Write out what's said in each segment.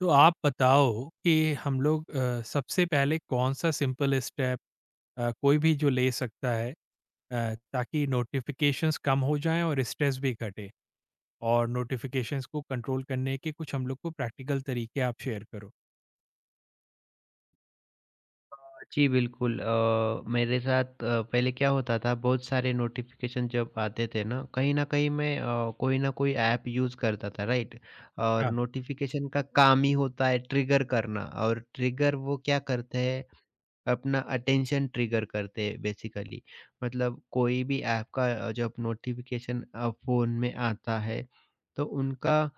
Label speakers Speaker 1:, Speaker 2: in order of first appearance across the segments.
Speaker 1: तो आप बताओ कि हम लोग सबसे पहले कौन-सा सिंपल स्टेप कोई भी जो ले सकता है, ताकि नोटिफिकेशंस कम हो जाएँ और स्ट्रेस भी घटे? और नोटिफिकेशंस को कंट्रोल करने के कुछ हम लोग को प्रैक्टिकल तरीके आप शेयर करो।
Speaker 2: जी, बिल्कुल मेरे साथ पहले क्या होता था बहुत सारे नोटिफ़िकेशन जब आते थे ना, कहीं न कहीं मैं कोई ना कोई ऐप यूज़ करता था, राइट? और
Speaker 1: हाँ।
Speaker 2: नोटिफ़िकेशन का काम ही होता है ट्रिगर करना और ट्रिगर वो क्या करते हैं अपना अटेंशन ट्रिगर करते हैं बेसिकली। मतलब कोई भी ऐप का जब नोटिफ़िकेशन फ़ोन में आता है, तो उनका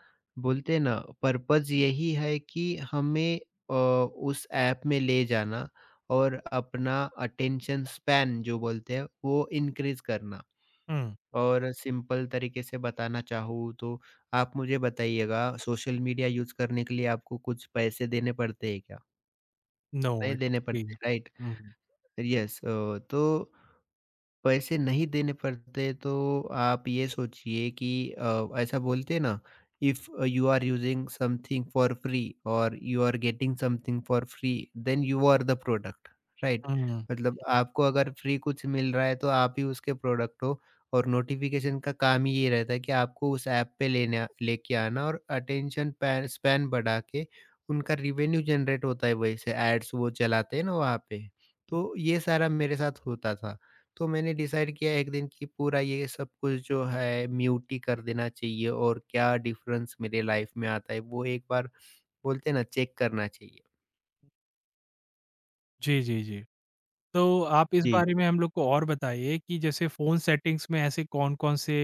Speaker 2: बोलते हैं ना पर्पज़ यही है कि हमें उस ऐप में ले जाना और अपना अटेंशन स्पैन जो बोलते हैं, वो इंक्रीज़ करना।
Speaker 1: हुँ,
Speaker 2: और सिंपल तरीके से बताना चाहूँ तो आप मुझे बताइएगा सोशल मीडिया यूज़ करने के लिए आपको कुछ पैसे देने पड़ते हैं क्या?
Speaker 1: नो
Speaker 2: नहीं
Speaker 1: इट्स
Speaker 2: देने
Speaker 1: फ्री।
Speaker 2: पड़ते, राइट?
Speaker 1: हुँ, हुँ।
Speaker 2: Yes, entonces। पैसे नहीं देने पड़ते तो आप ये सोचिए कि ऐसा बोलते हैं ना if you are using something for free और you are getting something for free then you are the product right.
Speaker 1: Hmm, hmm.
Speaker 2: मतलब आपको अगर फ्री कुछ मिल रहा है तो आप ही उसके प्रोडक्ट हो और नोटिफिकेशन का काम ही ये रहता है कि आपको उस ऐप पे लेने लेके आना और अटेंशन स्पैन बढ़ा के उनका रिवेन्यू जनरेट होता है, वैसे एड्स वो चलाते हैं ना वहाँ पे। तो ये सारा मेरे साथ होता था, तो मैंने डिसाइड किया एक दिन कि पूरा ये सब कुछ जो है म्यूट ही कर देना चाहिए और क्या डिफरेंस मेरे लाइफ में आता है वो एक बार बोलते हैं ना चेक करना चाहिए।
Speaker 1: जी, जी, जी। तो आप इस
Speaker 2: जी,
Speaker 1: बारे में हम लोग को और बताइए कि जैसे फ़ोन सेटिंग्स में ऐसे कौन-कौन से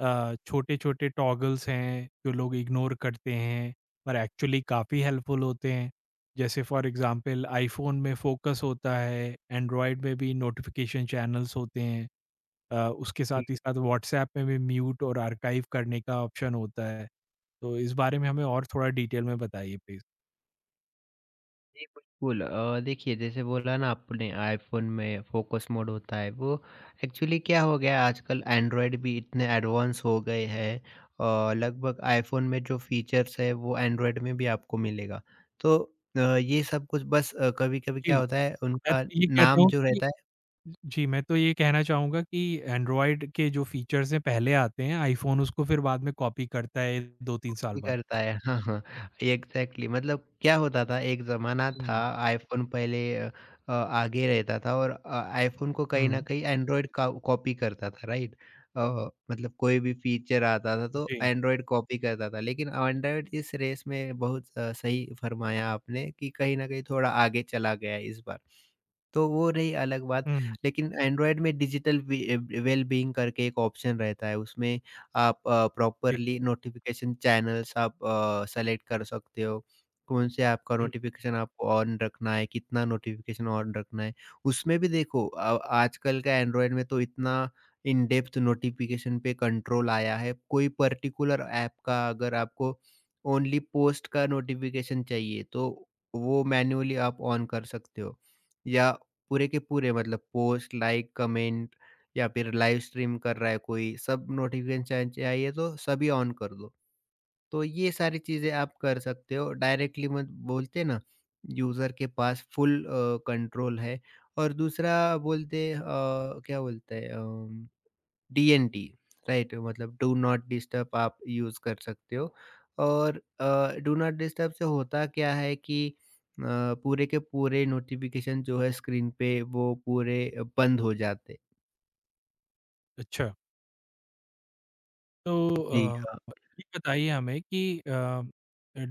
Speaker 1: छोटे-छोटे टॉगल्स हैं, जो लोग इग्नोर करते हैं, पर एक्चुअली काफ़ी हेल्पफुल होते हैं? जैसे फॉर एग्ज़ाम्पल आईफ़ोन में फ़ोकस होता है, एंड्रॉयड में भी नोटिफ़िकेशन चैनल्स होते हैं। अ, उसके
Speaker 2: जी,
Speaker 1: साथ ही साथ व्हाट्सऐप में भी म्यूट और आर्काइव करने का ऑप्शन होता है। तो इस बारे में हमें और थोड़ा डिटेल में बताइए प्लीज़।
Speaker 2: जी, बिल्कुल देखिए जैसे बोला ना आपने आईफ़ोन में फ़ोकस मोड होता है वो एक्चुअली क्या हो गया है, आजकल एंड्रॉयड भी इतने एडवांस हो गए हैं लगभग आईफ़ोन में जो फीचर्स है वो एंड्रॉयड में भी आपको मिलेगा। तो ये सब कुछ बस कभी-कभी
Speaker 1: जी,
Speaker 2: क्या होता है
Speaker 1: मैं
Speaker 2: उनका
Speaker 1: तो ये कहता
Speaker 2: नाम
Speaker 1: हूँ
Speaker 2: जो
Speaker 1: कि
Speaker 2: रहता है
Speaker 1: जी, मैं तो ये कहना चाहूँगा कि एंड्रॉइड के जो फीचर्स हैं पहले आते हैं, आईफ़ोन उसको फिर बाद में कॉपी करता है 2-3 साल
Speaker 2: भी
Speaker 1: बाद।
Speaker 2: करता है। हाँ, हाँ। एग्ज़ैक्टली मतलब क्या होता था, एक ज़माना था
Speaker 1: हुँ,
Speaker 2: आईफ़ोन पहले आगे रहता था और आईफ़ोन को कहीं न
Speaker 1: हुँ,
Speaker 2: कहीं एंड्रॉइड का कॉपी करता था, राइट? मतलब कोई भी फ़ीचर आता था तो
Speaker 1: जी,
Speaker 2: एंड्रॉइड कॉपी करता था, लेकिन एंड्रॉइड इस रेस में बहुत सही फ़रमाया आपने कि कहीं न कहीं थोड़ा आगे चला गया है इस बार। तो वो रही अलग बात,
Speaker 1: हुँ,
Speaker 2: लेकिन एंड्रॉयड में डिजिटल वेल बीइंग करके एक ऑप्शन रहता है, उसमें आप
Speaker 1: जी,
Speaker 2: प्रॉपरली नोटिफ़िकेशन चैनल्स आप सेलेक्ट कर सकते हो, कौन-से आपका
Speaker 1: हुँ,
Speaker 2: नोटिफ़िकेशन आपको ऑन रखना है, कितना नोटिफ़िकेशन ऑन रखना है। उसमें भी देखो आजकल का एंड्रॉयड में तो इतना इन डेप्थ नोटिफ़िकेशन पे कंट्रोल आया है, कोई पर्टिकुलर ऐप का अगर आपको ओनली पोस्ट का नोटिफ़िकेशन चाहिए, तो वो मैन्युअली आप ऑन कर सकते हो या पूरे के पूरे मतलब पोस्ट, लाइक, कमेंट या फिर लाइव स्ट्रीम कर रहा है कोई, सब नोटिफ़िकेशन चाहिए तो सभी ऑन कर दो। तो ये सारी चीज़ें आप कर सकते हो, डायरेक्टली मत बोलते हैं ना, यूज़र के पास फुल कंट्रोल है। और दूसरा बोलते अ, क्या बोलते हैं अम डीएनडी, राइट? मतलब डू नॉट डिस्टर्ब आप यूज़ कर सकते हो और डू नॉट डिस्टर्ब से होता क्या है कि पूरे के पूरे नोटिफिकेशन जो है स्क्रीन पे वो पूरे बंद हो जाते हैं।
Speaker 1: अच्छा। तो
Speaker 2: जी, हाँ,
Speaker 1: ये बताइए हमें कि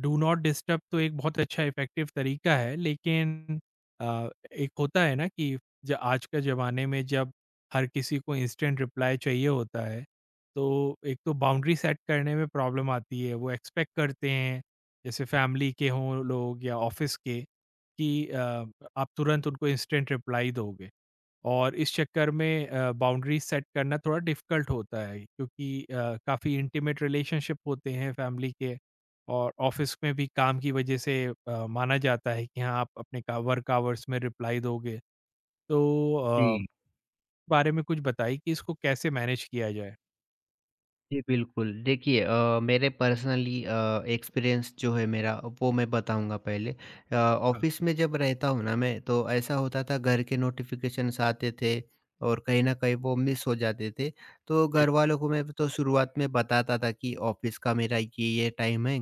Speaker 1: डू नॉट डिस्टर्ब तो एक बहुत अच्छा इफ़ेक्टिव तरीका है, लेकिन एक होता है ना कि ज आज के ज़माने में जब हर किसी को इंस्टेंट रिप्लाई चाहिए होता है, तो एक तो बाउंड्री सेट करने में प्रॉब्लम आती है। वो एक्सपेक्ट करते हैं, जैसे फैमिली के हों लोग या ऑफ़िस के, कि आप तुरंत उनको इंस्टेंट रिप्लाई दोगे। और इस चक्कर में बाउंड्री सेट करना थोड़ा डिफिकल्ट होता है, क्योंकि काफ़ी इंटीमेट रिलेशनशिप होते हैं फैमिली के और ऑफिस में भी काम की वजह से, माना जाता है कि हाँ, आप अपने का वर्क आवर्स में रिप्लाई दोगे, तो अ,
Speaker 2: जी।
Speaker 1: बारे में कुछ बताइए कि इसको कैसे मैनेज किया जाए?
Speaker 2: जी, बिल्कुल। देखिए मेरे पर्सनली एक्सपीरियंस जो है मेरा वो मैं बताऊँगा पहले।
Speaker 1: हाँ,
Speaker 2: ऑफ़िस में जब रहता हूँ ना मैं तो ऐसा होता था घर के नोटिफ़िकेशंस आते थे और कहीं न कहीं वो मिस हो जाते थे। तो
Speaker 1: जी,
Speaker 2: घरवालों को मैं तो शुरुआत में बताता था कि ऑफ़िस का मेरा ये-ये टाइम है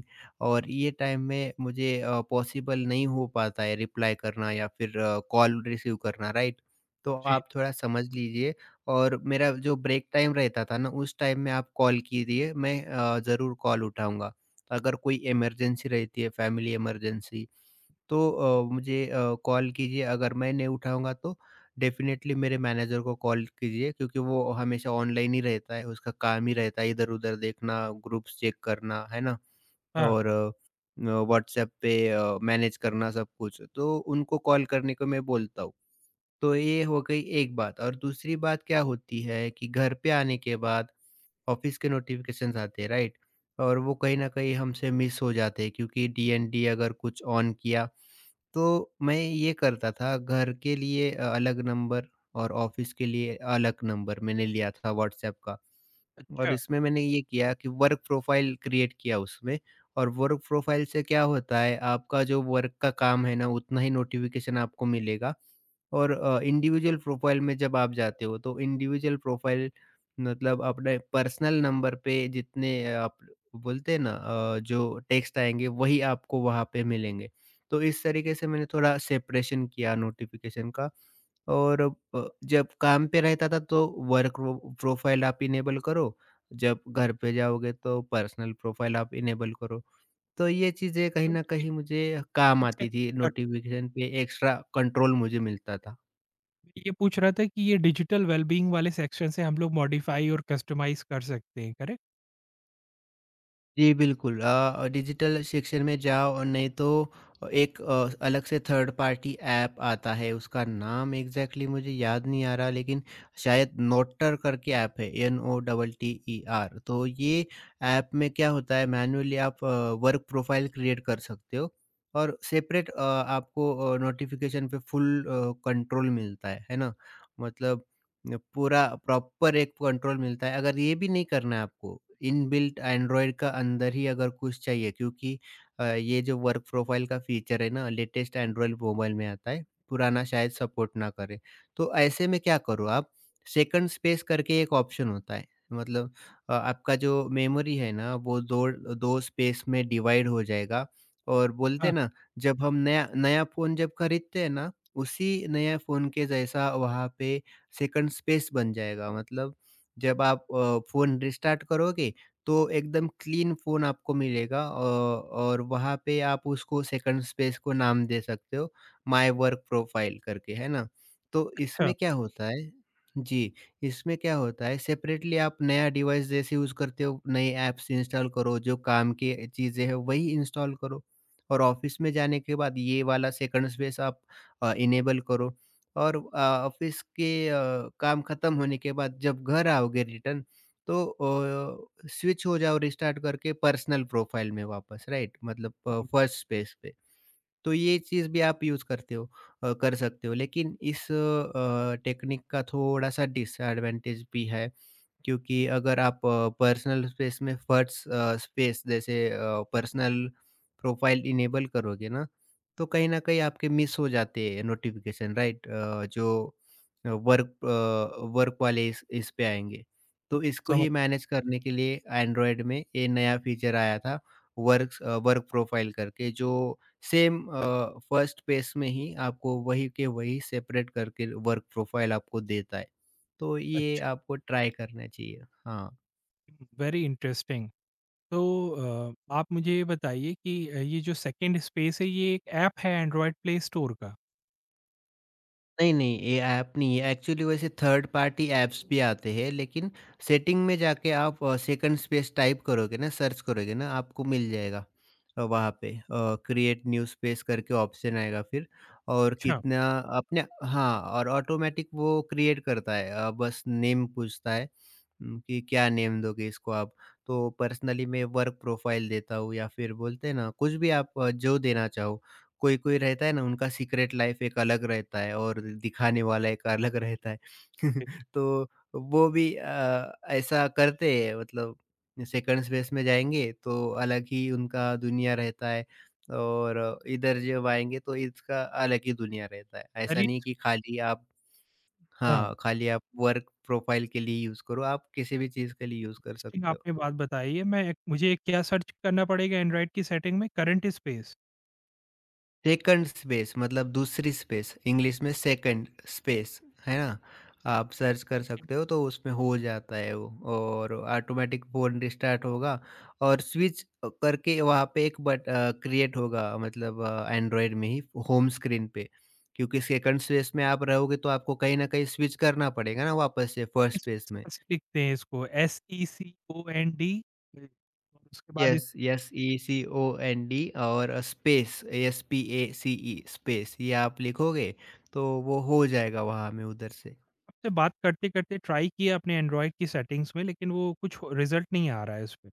Speaker 2: और ये टाइम में मुझे पॉसिबल नहीं हो पाता है रिप्लाई करना या फिर कॉल रिसीव करना, राइट? तो
Speaker 1: जी।
Speaker 2: आप थोड़ा समझ लीजिए। और मेरा जो ब्रेक टाइम रहता था ना, उस टाइम में आप कॉल कीजिए, मैं ज़रूर कॉल उठाऊँगा। अगर कोई इमरजेंसी रहती है, फैमिली इमरजेंसी, तो मुझे कॉल कीजिए। अगर मैं नहीं उठाऊँगा, तो डेफ़िनेटली मेरे मैनेजर को कॉल कीजिए क्योंकि वो हमेशा ऑनलाइन ही रहता है, उसका काम ही रहता है इधर-उधर देखना, ग्रुप्स चेक करना, है ना?
Speaker 1: हाँ,
Speaker 2: और व्हाट्सएप पे मैनेज करना सब कुछ, तो उनको कॉल करने को मैं बोलता हूँ। तो ये हो गई एक बात, और दूसरी बात क्या होती है कि घर पे आने के बाद ऑफिस के नोटिफिकेशंस आते हैं, राइट, और वो कहीं ना कहीं हमसे मिस हो जाते हैं क्योंकि डीएनडी अगर कुछ ऑन किया तो मैं ये करता था घर के लिए अलग नंबर और ऑफिस के लिए अलग नंबर मैंने लिया था व्हाट्सएप का।
Speaker 1: अच्छा।
Speaker 2: और इसमें मैंने ये किया कि वर्क प्रोफाइल क्रिएट किया उसमें, और वर्क प्रोफाइल से क्या होता है आपका जो वर्क का काम है ना उतना ही नोटिफिकेशन आपको मिलेगा और इंडिविजुअल प्रोफ़ाइल में जब आप जाते हो तो इंडिविजुअल प्रोफ़ाइल मतलब अपने पर्सनल नंबर पे जितने आप बोलते हैं ना जो टेक्स्ट आएँगे वही आपको वहाँ पे मिलेंगे। तो इस तरीके से मैंने थोड़ा सेपरेशन किया नोटिफ़िकेशन का, और जब काम पे रहता था तो वर्क प्रो प्रोफ़ाइल आप इनेबल करो, जब घर पे जाओगे तो पर्सनल प्रोफ़ाइल आप इनेबल करो। तो ये चीज़ें कहीं
Speaker 1: तो
Speaker 2: न
Speaker 1: मुझे
Speaker 2: कहीं मुझे काम
Speaker 1: इसका
Speaker 2: आती थी,
Speaker 1: अ,
Speaker 2: नोटिफ़िकेशन पे एक्स्ट्रा कंट्रोल मुझे मिलता था।
Speaker 1: मैं ये पूछ रहा था कि ये डिजिटल वेलबीइंग वाले सेक्शन से हम लोग मॉडिफ़ाई और कस्टमाइज़ कर सकते हैं, करेक्ट?
Speaker 2: जी, बिल्कुल डिजिटल शिक्षण में जाओ और नहीं तो एक अलग से थर्ड पार्टी ऐप आता है, उसका नाम एग्जैक्टली मुझे याद नहीं आ रहा लेकिन शायद नोटर करके ऐप है, N O double T E R. तो ये ऐप में क्या होता है मैन्युअली आप वर्क प्रोफाइल क्रिएट कर सकते हो और सेपरेट आपको नोटिफिकेशन पे फुल कंट्रोल मिलता है ना? मतलब न पूरा प्रॉपर एक कंट्रोल मिलता है। अगर ये भी नहीं करना है आपको, इनबिल्ट एंड्रॉयड का अंदर ही अगर कुछ चाहिए क्योंकि ये जो वर्क प्रोफाइल का फीचर है ना, लेटेस्ट एंड्रॉयड मोबाइल में आता है, पुराना शायद सपोर्ट ना करे। तो ऐसे में क्या करो आप, सेकंड स्पेस करके एक ऑप्शन होता है। मतलब आपका जो मेमोरी है ना, वो 2 2 स्पेस में डिवाइड हो जाएगा और बोलते
Speaker 1: हाँ,
Speaker 2: हैं ना, जब हम नया नया फ़ोन जब खरीदते हैं ना, उसी नया फ़ोन के जैसा वहाँ पे सेकंड स्पेस बन जाएगा। मतलब जब आप फ़ोन रिस्टार्ट करोगे तो एकदम क्लीन फ़ोन आपको मिलेगा और वहाँ पे आप उसको सेकंड स्पेस को नाम दे सकते हो, माय वर्क प्रोफ़ाइल करके, है ना? तो
Speaker 1: अच्छा।
Speaker 2: इसमें क्या होता है, जी, इसमें क्या होता है सेपरेटली आप नया डिवाइस जैसे यूज़ करते हो, नए ऐप्स इंस्टॉल करो, जो काम की चीज़ें हैं वही इंस्टॉल करो और ऑफ़िस में जाने के बाद ये वाला सेकंड स्पेस आप इनेबल करो। और ऑफ़िस के काम खत्म होने के बाद जब घर आओगे रिटर्न, तो स्विच हो जाओ रिस्टार्ट करके पर्सनल प्रोफ़ाइल में वापस, राइट, मतलब फर्स्ट पेज पे। तो ये चीज़ भी आप यूज़ करते हो कर सकते हो। लेकिन इस टेक्निक का थोड़ा-सा डिसएडवांटेज भी है, क्योंकि अगर आप पर्सनल स्पेस में फर्स्ट स्पेस जैसे पर्सनल प्रोफाइल इनेबल करोगे ना, तो कहीं न कहीं आपके मिस हो जाते हैं नोटिफ़िकेशन, राइट, जो वर्क वाले इस पे आएँगे। तो इसको
Speaker 1: समझ
Speaker 2: ही मैनेज करने के लिए एंड्रॉयड में ये नया फीचर आया था वर्क प्रोफाइल करके जो सेम फर्स्ट पेज में ही आपको वही के वही सेपरेट करके वर्क प्रोफाइल आपको देता है। तो ये
Speaker 1: अच्छा,
Speaker 2: आपको ट्राई करना चाहिए। हाँ।
Speaker 1: Very interesting. तो आप मुझे ये बताइए कि ये जो सेकंड स्पेस है ये एक ऐप है एंड्रॉइड प्ले स्टोर का?
Speaker 2: नहीं, नहीं, ये ऐप नहीं है। एक्चुअली वैसे थर्ड पार्टी ऐप्स भी आते हैं, लेकिन सेटिंग में जाके आप सेकंड स्पेस टाइप करोगे ना, सर्च करोगे ना, आपको मिल जाएगा वहाँ पे क्रिएट न्यू स्पेस करके ऑप्शन आएगा फिर और
Speaker 1: अच्छा।
Speaker 2: कितना अपने, हाँ, और ऑटोमैटिक वो क्रिएट करता है बस नेम पूछता है कि क्या नेम दोगे इसको आप? तो पर्सनली मैं वर्क प्रोफाइल देता हूँ या फिर बोलते हैं ना, कुछ भी आप जो देना चाहो। कोई-कोई रहता है ना, उनका सीक्रेट लाइफ एक अलग रहता है और दिखाने वाला एक अलग रहता है।
Speaker 1: ठीक।
Speaker 2: तो वो भी ऐसा करते हैं मतलब सेकंड स्पेस में जाएँगे तो अलग ही उनका दुनिया रहता है और इधर जब आएँगे तो इसका अलग ही दुनिया रहता है। ऐसा
Speaker 1: अरे!
Speaker 2: नहीं कि खाली आप,
Speaker 1: हाँ,
Speaker 2: हाँ, खाली आप वर्क प्रोफाइल के लिए यूज़ करो, आप किसी भी चीज़ के लिए यूज़ कर
Speaker 1: इंटरेस्टिंग
Speaker 2: सकते हो।
Speaker 1: आपने बात बताई है, मैं मुझे क्या सर्च करना पड़ेगा एंड्रॉइड की सेटिंग में, करंट स्पेस।
Speaker 2: सेकंड स्पेस मतलब दूसरी स्पेस, इंग्लिश में सेकंड स्पेस, है ना? आप सर्च कर सकते हो तो उसमें हो जाता है वो, और ऑटोमेटिक फ़ोन रिस्टार्ट होगा और स्विच करके वहाँ पे एक बट क्रिएट होगा, मतलब एंड्रॉयड में ही होम स्क्रीन पे, क्योंकि सेकंड स्पेस में आप रहोगे तो आपको कहीं ना कहीं स्विच करना पड़ेगा ना वापस से फर्स्ट स्पेस में।
Speaker 1: लिखते हैं इसको, Second। जी। और उसके बाद इस
Speaker 2: yes, yes, E C O N D, और space, S P A C E, space ये आप लिखोगे तो वो हो जाएगा वहाँ में उधर से।
Speaker 1: आपसे बात करते-करते ट्राई किया अपने एंड्रॉइड की सेटिंग्स में, लेकिन वो कुछ रिज़ल्ट नहीं आ रहा है उसपे।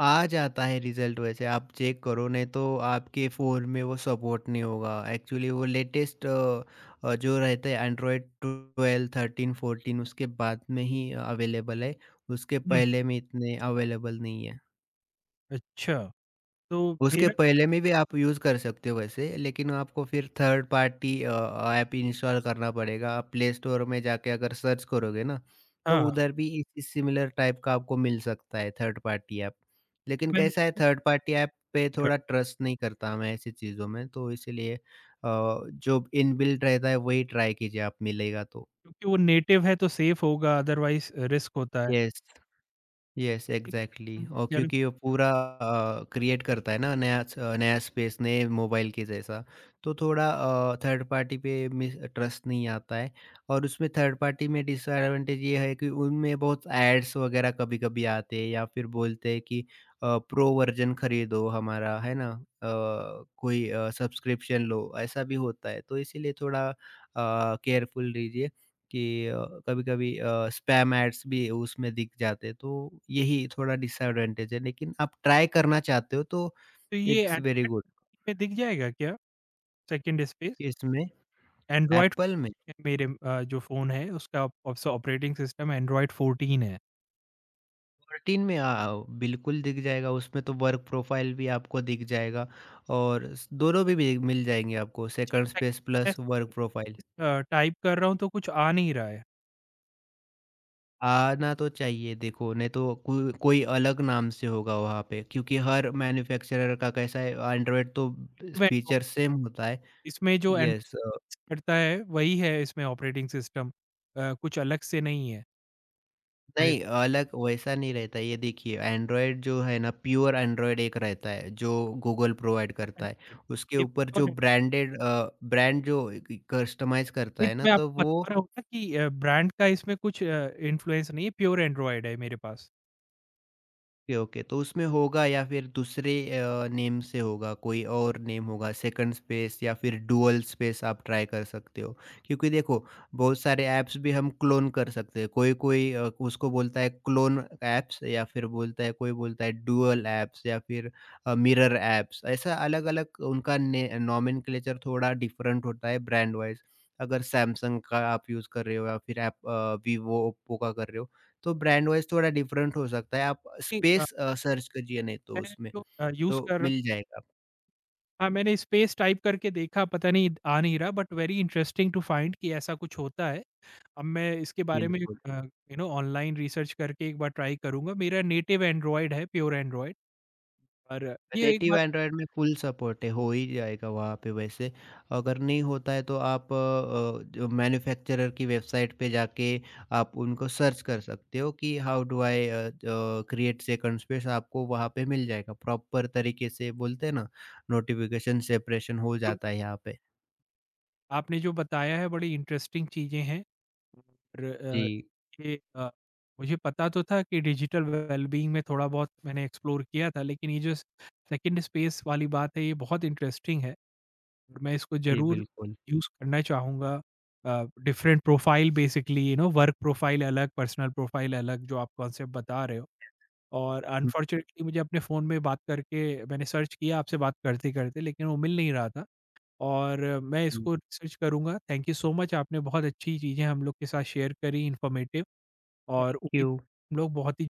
Speaker 2: आ जाता है रिजल्ट वैसे, आप चेक करो, नहीं तो आपके फ़ोन में वो सपोर्ट नहीं होगा एक्चुअली। वो लेटेस्ट जो रहता है एंड्रॉयड 12 13 14 उसके बाद में ही अवेलेबल है, उसके
Speaker 1: हुँ,
Speaker 2: पहले में इतने अवेलेबल नहीं है।
Speaker 1: अच्छा। तो
Speaker 2: उसके
Speaker 1: मेरा
Speaker 2: पहले में भी आप यूज़ कर सकते हो वैसे, लेकिन आपको फिर थर्ड पार्टी ऐप इंस्टॉल करना पड़ेगा। आप प्ले स्टोर में जाके अगर सर्च करोगे ना, तो
Speaker 1: हाँ,
Speaker 2: उधर भी इसी सिमिलर टाइप का आपको मिल सकता है थर्ड पार्टी ऐप। लेकिन
Speaker 1: मैं
Speaker 2: कैसा है थर्ड पार्टी ऐप पे थोड़ा ट्रस्ट नहीं करता मैं ऐसी चीज़ों में, तो इसीलिए जो इनबिल्ट रहता है वही ट्राई कीजिए आप, मिलेगा तो।
Speaker 1: क्योंकि वो नेटिव है तो सेफ होगा, अदरवाइज़ रिस्क होता है।
Speaker 2: येस। यस,
Speaker 1: ठीक।
Speaker 2: एग्जैक्टली, और
Speaker 1: जरूर,
Speaker 2: क्योंकि वो पूरा क्रिएट करता है ना नया नया स्पेस नए मोबाइल के जैसा तो थोड़ा थर्ड पार्टी पे मिस ट्रस्ट नहीं आता है। और उसमें थर्ड पार्टी में डिसएडवांटेज ये है कि उनमें बहुत एड्स वगैरह कभी कभी आते हैं या फिर बोलते हैं कि प्रो वर्जन खरीदो हमारा, है ना? कोई सब्सक्रिप्शन लो, ऐसा भी होता है, तो इसीलिए थोड़ा केयरफुल रहिए कि कभी-कभी स्पैम एड्स भी उसमें दिख जाते हैं, तो यही थोड़ा डिसएडवांटेज है, लेकिन आप ट्राई करना चाहते हो तो
Speaker 1: तो ये
Speaker 2: इट्स वेरी
Speaker 1: एंड्रॉइड
Speaker 2: गुड।
Speaker 1: में दिख जाएगा क्या, सेकंड स्पेस?
Speaker 2: इसमें
Speaker 1: एंड्रॉइड
Speaker 2: एप्पल में
Speaker 1: मेरे जो फ़ोन है उसका ऑस ऑपरेटिंग सिस्टम एंड्रॉइड 14 है।
Speaker 2: 14 में बिल्कुल दिख जाएगा, उसमें तो वर्क प्रोफाइल भी आपको दिख जाएगा और स दोनों भी मिल जाएँगे आपको, सेकंड स्पेस
Speaker 1: मैं
Speaker 2: प्लस वर्क प्रोफाइल।
Speaker 1: टाइप कर रहा हूँ तो कुछ आ नहीं रहा है।
Speaker 2: आना तो चाहिए देखो, नहीं तो को कोई अलग नाम से होगा वहाँ पे क्योंकि हर मैन्युफैक्चरर का कैसा है एंड्रॉयड, तो
Speaker 1: Native
Speaker 2: फीचर
Speaker 1: Android,
Speaker 2: सेम होता है।
Speaker 1: इसमें जो एंड
Speaker 2: यस।
Speaker 1: करता है वही है इसमें ऑपरेटिंग सिस्टम, कुछ अलग से नहीं है।
Speaker 2: नहीं, अलग वैसा नहीं रहता है। ये देखिए एंड्रॉयड जो है ना प्योर एंड्रॉयड एक रहता है जो गूगल प्रोवाइड करता है। उसके ऊपर जो
Speaker 1: मैंने-
Speaker 2: ब्रांडेड ब्रांड जो कस्टमाइज़ करता
Speaker 1: नहीं,
Speaker 2: है
Speaker 1: तो
Speaker 2: ना
Speaker 1: मैं
Speaker 2: तो
Speaker 1: आपको
Speaker 2: वो
Speaker 1: बता रहा हूँ ना कि ब्रांड का इसमें कुछ इन्फ्लुएंस नहीं है, प्योर एंड्रॉयड है मेरे पास।
Speaker 2: ओके ओके तो उसमें होगा या फिर दूसरे नेम से होगा, कोई और नेम होगा, सेकंड स्पेस या फिर डुअल स्पेस आप ट्राई कर सकते हो, क्योंकि देखो बहुत सारे ऐप्स भी हम क्लोन कर सकते हैं, कोई कोई उसको बोलता है क्लोन ऐप्स या फिर बोलता है, कोई बोलता है डुअल ऐप्स या फिर मिरर ऐप्स, ऐसा अलग अलग उनका नॉमेनक्लेचर थोड़ा डिफरेंट होता है ब्रांड वाइज। अगर सैमसंग का आप यूज़ कर रहे हो या फिर आप वीवो ओप्पो का कर रहे हो तो ब्रांड वाइज़ थोड़ा डिफरेंट हो सकता है। आप
Speaker 1: नहीं। अ,
Speaker 2: स्पेस सर्च करिए नहीं तो
Speaker 1: मैं
Speaker 2: उसमें,
Speaker 1: जो अ, यूज़
Speaker 2: तो
Speaker 1: कर रहा
Speaker 2: मिल
Speaker 1: हूँ
Speaker 2: जाएगा।
Speaker 1: हाँ, मैंने स्पेस टाइप करके देखा, पता नहीं आ नहीं रहा, but very interesting to find कि ऐसा कुछ होता है। अब मैं इसके बारे में
Speaker 2: बिल्कुल,
Speaker 1: ऑनलाइन रिसर्च करके एक बार ट्राई करूँगा। मेरा नेटिव एंड्रॉयड है, प्योर एंड्रॉयड। और ये एक
Speaker 2: नेटिव
Speaker 1: बार
Speaker 2: एंड्रॉयड में फुल सपोर्ट है, हो ही जाएगा वहाँ पे वैसे। अगर नहीं होता है तो आप जो मैन्युफैक्चरर की वेबसाइट पे जाके आप उनको सर्च कर सकते हो कि how do I create second space, आपको वहाँ पे मिल जाएगा। प्रॉपर तरीके से बोलते हैं ना, नोटिफ़िकेशन सेपरेशन हो जाता
Speaker 1: जरूर-
Speaker 2: है यहाँ पे।
Speaker 1: आपने जो बताया है बड़ी इंटरेस्टिंग चीज़ें हैं। र अ,
Speaker 2: जी,
Speaker 1: ये अ, मुझे पता तो था कि डिजिटल वेलबीइंग में थोड़ा बहुत मैंने एक्सप्लोर किया था, लेकिन ये जो सेकंड स्पेस वाली बात है, ये बहुत इंटरेस्टिंग है और मैं इसको
Speaker 2: जी
Speaker 1: ज़रूर
Speaker 2: बिल्कुल।
Speaker 1: यूज़ करना चाहूँगा। Different profile, basically work profile अलग, पर्सनल प्रोफाइल अलग, जो आप कॉन्सेप्ट बता रहे हो, और
Speaker 2: हुँ,
Speaker 1: अनफॉर्चुनेटली मुझे अपने फ़ोन में बात करके मैंने सर्च किया आपसे बात करते-करते, लेकिन वो मिल नहीं रहा था। और मैं
Speaker 2: जी, थैंक
Speaker 1: इसको रिसर्च करूँगा। थैंक यू सो मच, आपने बहुत अच्छी चीज़ें हम लोग के साथ शेयर करी, इन्फॉर्मेटिव। और उम्मीद
Speaker 2: यू।
Speaker 1: हम लोग बहुत ही